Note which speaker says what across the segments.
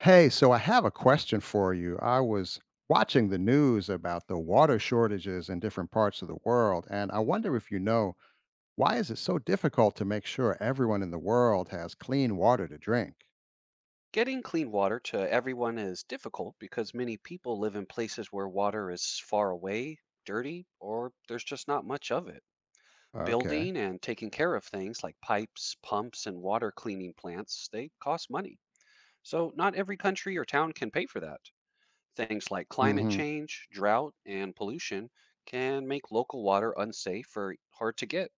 Speaker 1: Hey, so I have a question for you. I was watching the news about the water shortages in different parts of the world, and I wonder if you know why is it so difficult to make sure everyone in the world has clean water to drink?
Speaker 2: Getting clean water to everyone is difficult because many people live in places where water is far away, dirty, or there's just not much of it.
Speaker 1: Okay.
Speaker 2: Building and taking care of things like pipes, pumps, and water cleaning plants, they cost money. So not every country or town can pay for that. Things like climate
Speaker 1: Mhm.
Speaker 2: change, drought, and pollution can make local water unsafe or hard to get.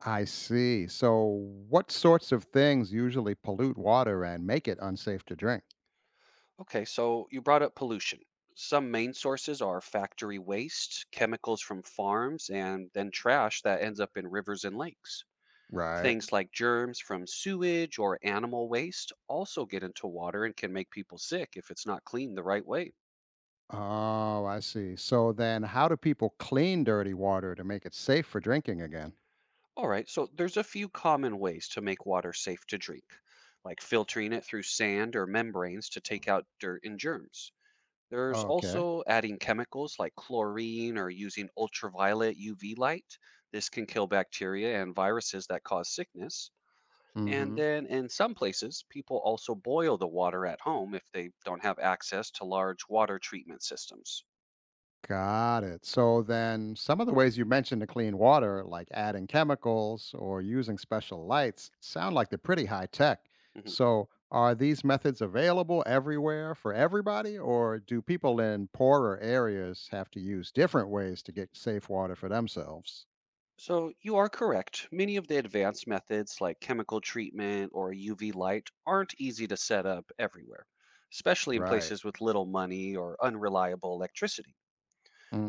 Speaker 1: I see. So, what sorts of things usually pollute water and make it unsafe to drink?
Speaker 2: Okay, so you brought up pollution. Some main sources are factory waste, chemicals from farms, and then trash that ends up in rivers and lakes.
Speaker 1: Right.
Speaker 2: Things like germs from sewage or animal waste also get into water and can make people sick if it's not cleaned the right way.
Speaker 1: Oh, I see. So then how do people clean dirty water to make it safe for drinking again?
Speaker 2: All right, so there's a few common ways to make water safe to drink, like filtering it through sand or membranes to take out dirt and germs. There's
Speaker 1: Okay.
Speaker 2: also adding chemicals like chlorine or using ultraviolet UV light. This can kill bacteria and viruses that cause sickness. And then in some places, people also boil the water at home if they don't have access to large water treatment systems.
Speaker 1: Got it. So then some of the ways you mentioned to clean water, like adding chemicals or using special lights, sound like they're pretty high tech.
Speaker 2: Mhm.
Speaker 1: So are these methods available everywhere for everybody, or do people in poorer areas have to use different ways to get safe water for themselves?
Speaker 2: So you are correct. Many of the advanced methods like chemical treatment or UV light aren't easy to set up everywhere, especially in
Speaker 1: Right.
Speaker 2: places with little money or unreliable electricity.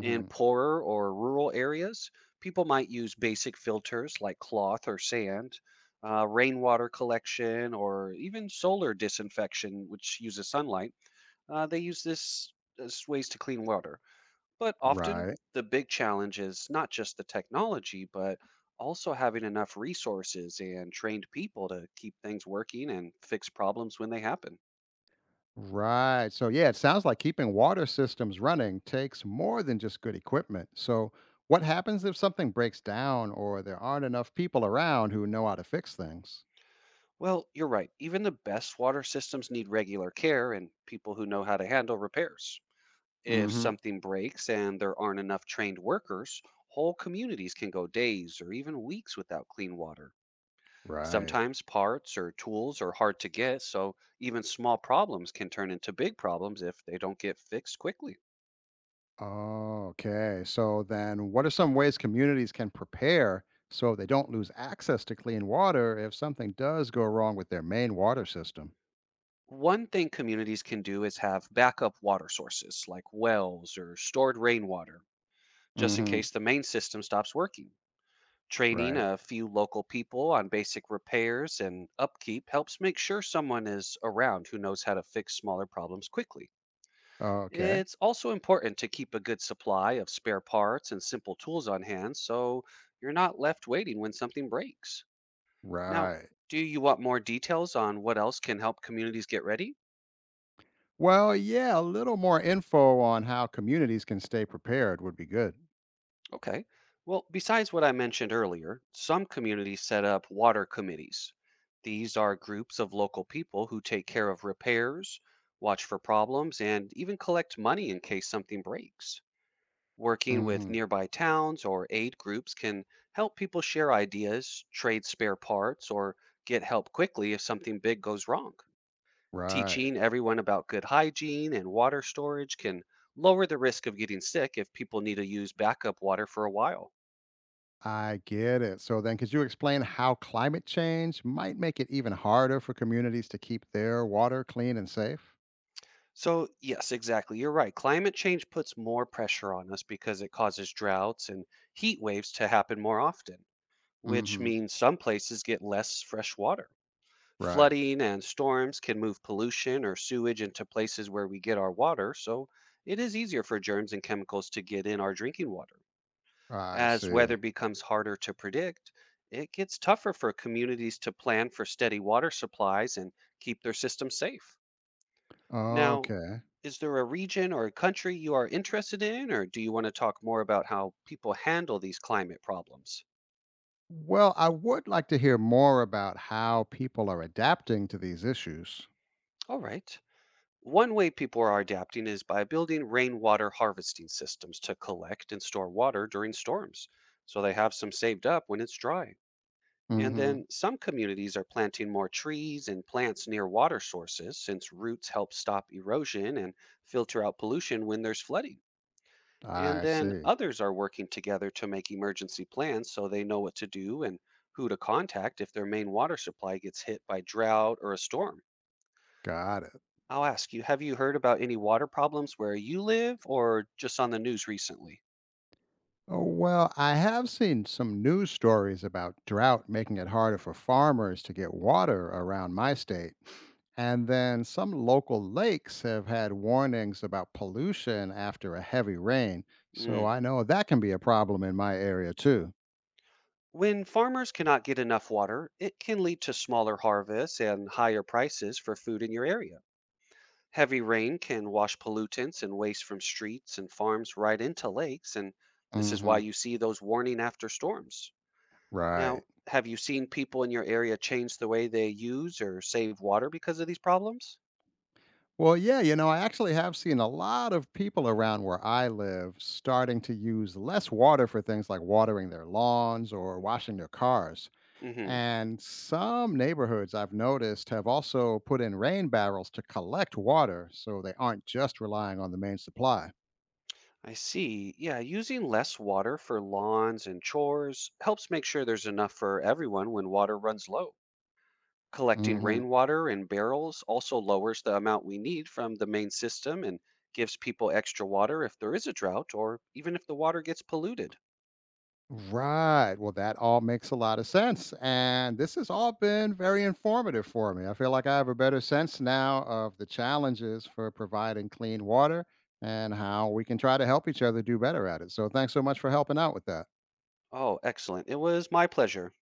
Speaker 2: In poorer or rural areas, people might use basic filters like cloth or sand, rainwater collection, or even solar disinfection, which uses sunlight. They use this as ways to clean water. But often,
Speaker 1: Right.
Speaker 2: the big challenge is not just the technology, but also having enough resources and trained people to keep things working and fix problems when they happen.
Speaker 1: Right. So, yeah, it sounds like keeping water systems running takes more than just good equipment. So, what happens if something breaks down or there aren't enough people around who know how to fix things?
Speaker 2: Well, you're right. Even the best water systems need regular care and people who know how to handle repairs. If
Speaker 1: Hmm.
Speaker 2: something breaks and there aren't enough trained workers, whole communities can go days or even weeks without clean water.
Speaker 1: Right.
Speaker 2: Sometimes parts or tools are hard to get, so even small problems can turn into big problems if they don't get fixed quickly.
Speaker 1: Oh, okay. So, then what are some ways communities can prepare so they don't lose access to clean water if something does go wrong with their main water system?
Speaker 2: One thing communities can do is have backup water sources like wells or stored rainwater, just in
Speaker 1: Hmm.
Speaker 2: case the main system stops working. Training
Speaker 1: Right.
Speaker 2: a few local people on basic repairs and upkeep helps make sure someone is around who knows how to fix smaller problems quickly.
Speaker 1: Okay.
Speaker 2: It's also important to keep a good supply of spare parts and simple tools on hand so you're not left waiting when something breaks. Now,
Speaker 1: Right.
Speaker 2: do you want more details on what else can help communities get ready?
Speaker 1: Well, yeah, a little more info on how communities can stay prepared would be good.
Speaker 2: Okay. Well, besides what I mentioned earlier, some communities set up water committees. These are groups of local people who take care of repairs, watch for problems, and even collect money in case something breaks. Working with
Speaker 1: Hmm.
Speaker 2: nearby towns or aid groups can help people share ideas, trade spare parts, or get help quickly if something big goes wrong.
Speaker 1: Right.
Speaker 2: Teaching everyone about good hygiene and water storage can lower the risk of getting sick if people need to use backup water for a while.
Speaker 1: I get it. So then, could you explain how climate change might make it even harder for communities to keep their water clean and safe?
Speaker 2: So, yes, exactly. You're right. Climate change puts more pressure on us because it causes droughts and heat waves to happen more often, which
Speaker 1: Hmm.
Speaker 2: means some places get less fresh water.
Speaker 1: Right.
Speaker 2: Flooding and storms can move pollution or sewage into places where we get our water, so it is easier for germs and chemicals to get in our drinking water.
Speaker 1: I
Speaker 2: As
Speaker 1: see.
Speaker 2: weather becomes harder to predict, it gets tougher for communities to plan for steady water supplies and keep their systems safe. Now,
Speaker 1: Okay.
Speaker 2: is there a region or a country you are interested in, or do you want to talk more about how people handle these climate problems?
Speaker 1: Well, I would like to hear more about how people are adapting to these issues.
Speaker 2: All right. One way people are adapting is by building rainwater harvesting systems to collect and store water during storms, so they have some saved up when it's dry. And
Speaker 1: Hmm.
Speaker 2: then some communities are planting more trees and plants near water sources since roots help stop erosion and filter out pollution when there's flooding. And
Speaker 1: I
Speaker 2: then
Speaker 1: see.
Speaker 2: others are working together to make emergency plans so they know what to do and who to contact if their main water supply gets hit by drought or a storm.
Speaker 1: Got it.
Speaker 2: I'll ask you, have you heard about any water problems where you live or just on the news recently?
Speaker 1: Oh, well, I have seen some news stories about drought making it harder for farmers to get water around my state. And then some local lakes have had warnings about pollution after a heavy rain. So
Speaker 2: Mm.
Speaker 1: I know that can be a problem in my area too.
Speaker 2: When farmers cannot get enough water, it can lead to smaller harvests and higher prices for food in your area. Heavy rain can wash pollutants and waste from streets and farms right into lakes, and this is why
Speaker 1: Hmm.
Speaker 2: you see those warning after storms.
Speaker 1: Right.
Speaker 2: Now, have you seen people in your area change the way they use or save water because of these problems?
Speaker 1: Well, yeah, I actually have seen a lot of people around where I live starting to use less water for things like watering their lawns or washing their cars.
Speaker 2: Mm-hmm.
Speaker 1: And some neighborhoods I've noticed have also put in rain barrels to collect water so they aren't just relying on the main supply.
Speaker 2: I see. Yeah, using less water for lawns and chores helps make sure there's enough for everyone when water runs low. Collecting
Speaker 1: Hmm.
Speaker 2: rainwater in barrels also lowers the amount we need from the main system and gives people extra water if there is a drought or even if the water gets polluted.
Speaker 1: Right. Well, that all makes a lot of sense. And this has all been very informative for me. I feel like I have a better sense now of the challenges for providing clean water and how we can try to help each other do better at it. So, thanks so much for helping out with that.
Speaker 2: Oh, excellent. It was my pleasure.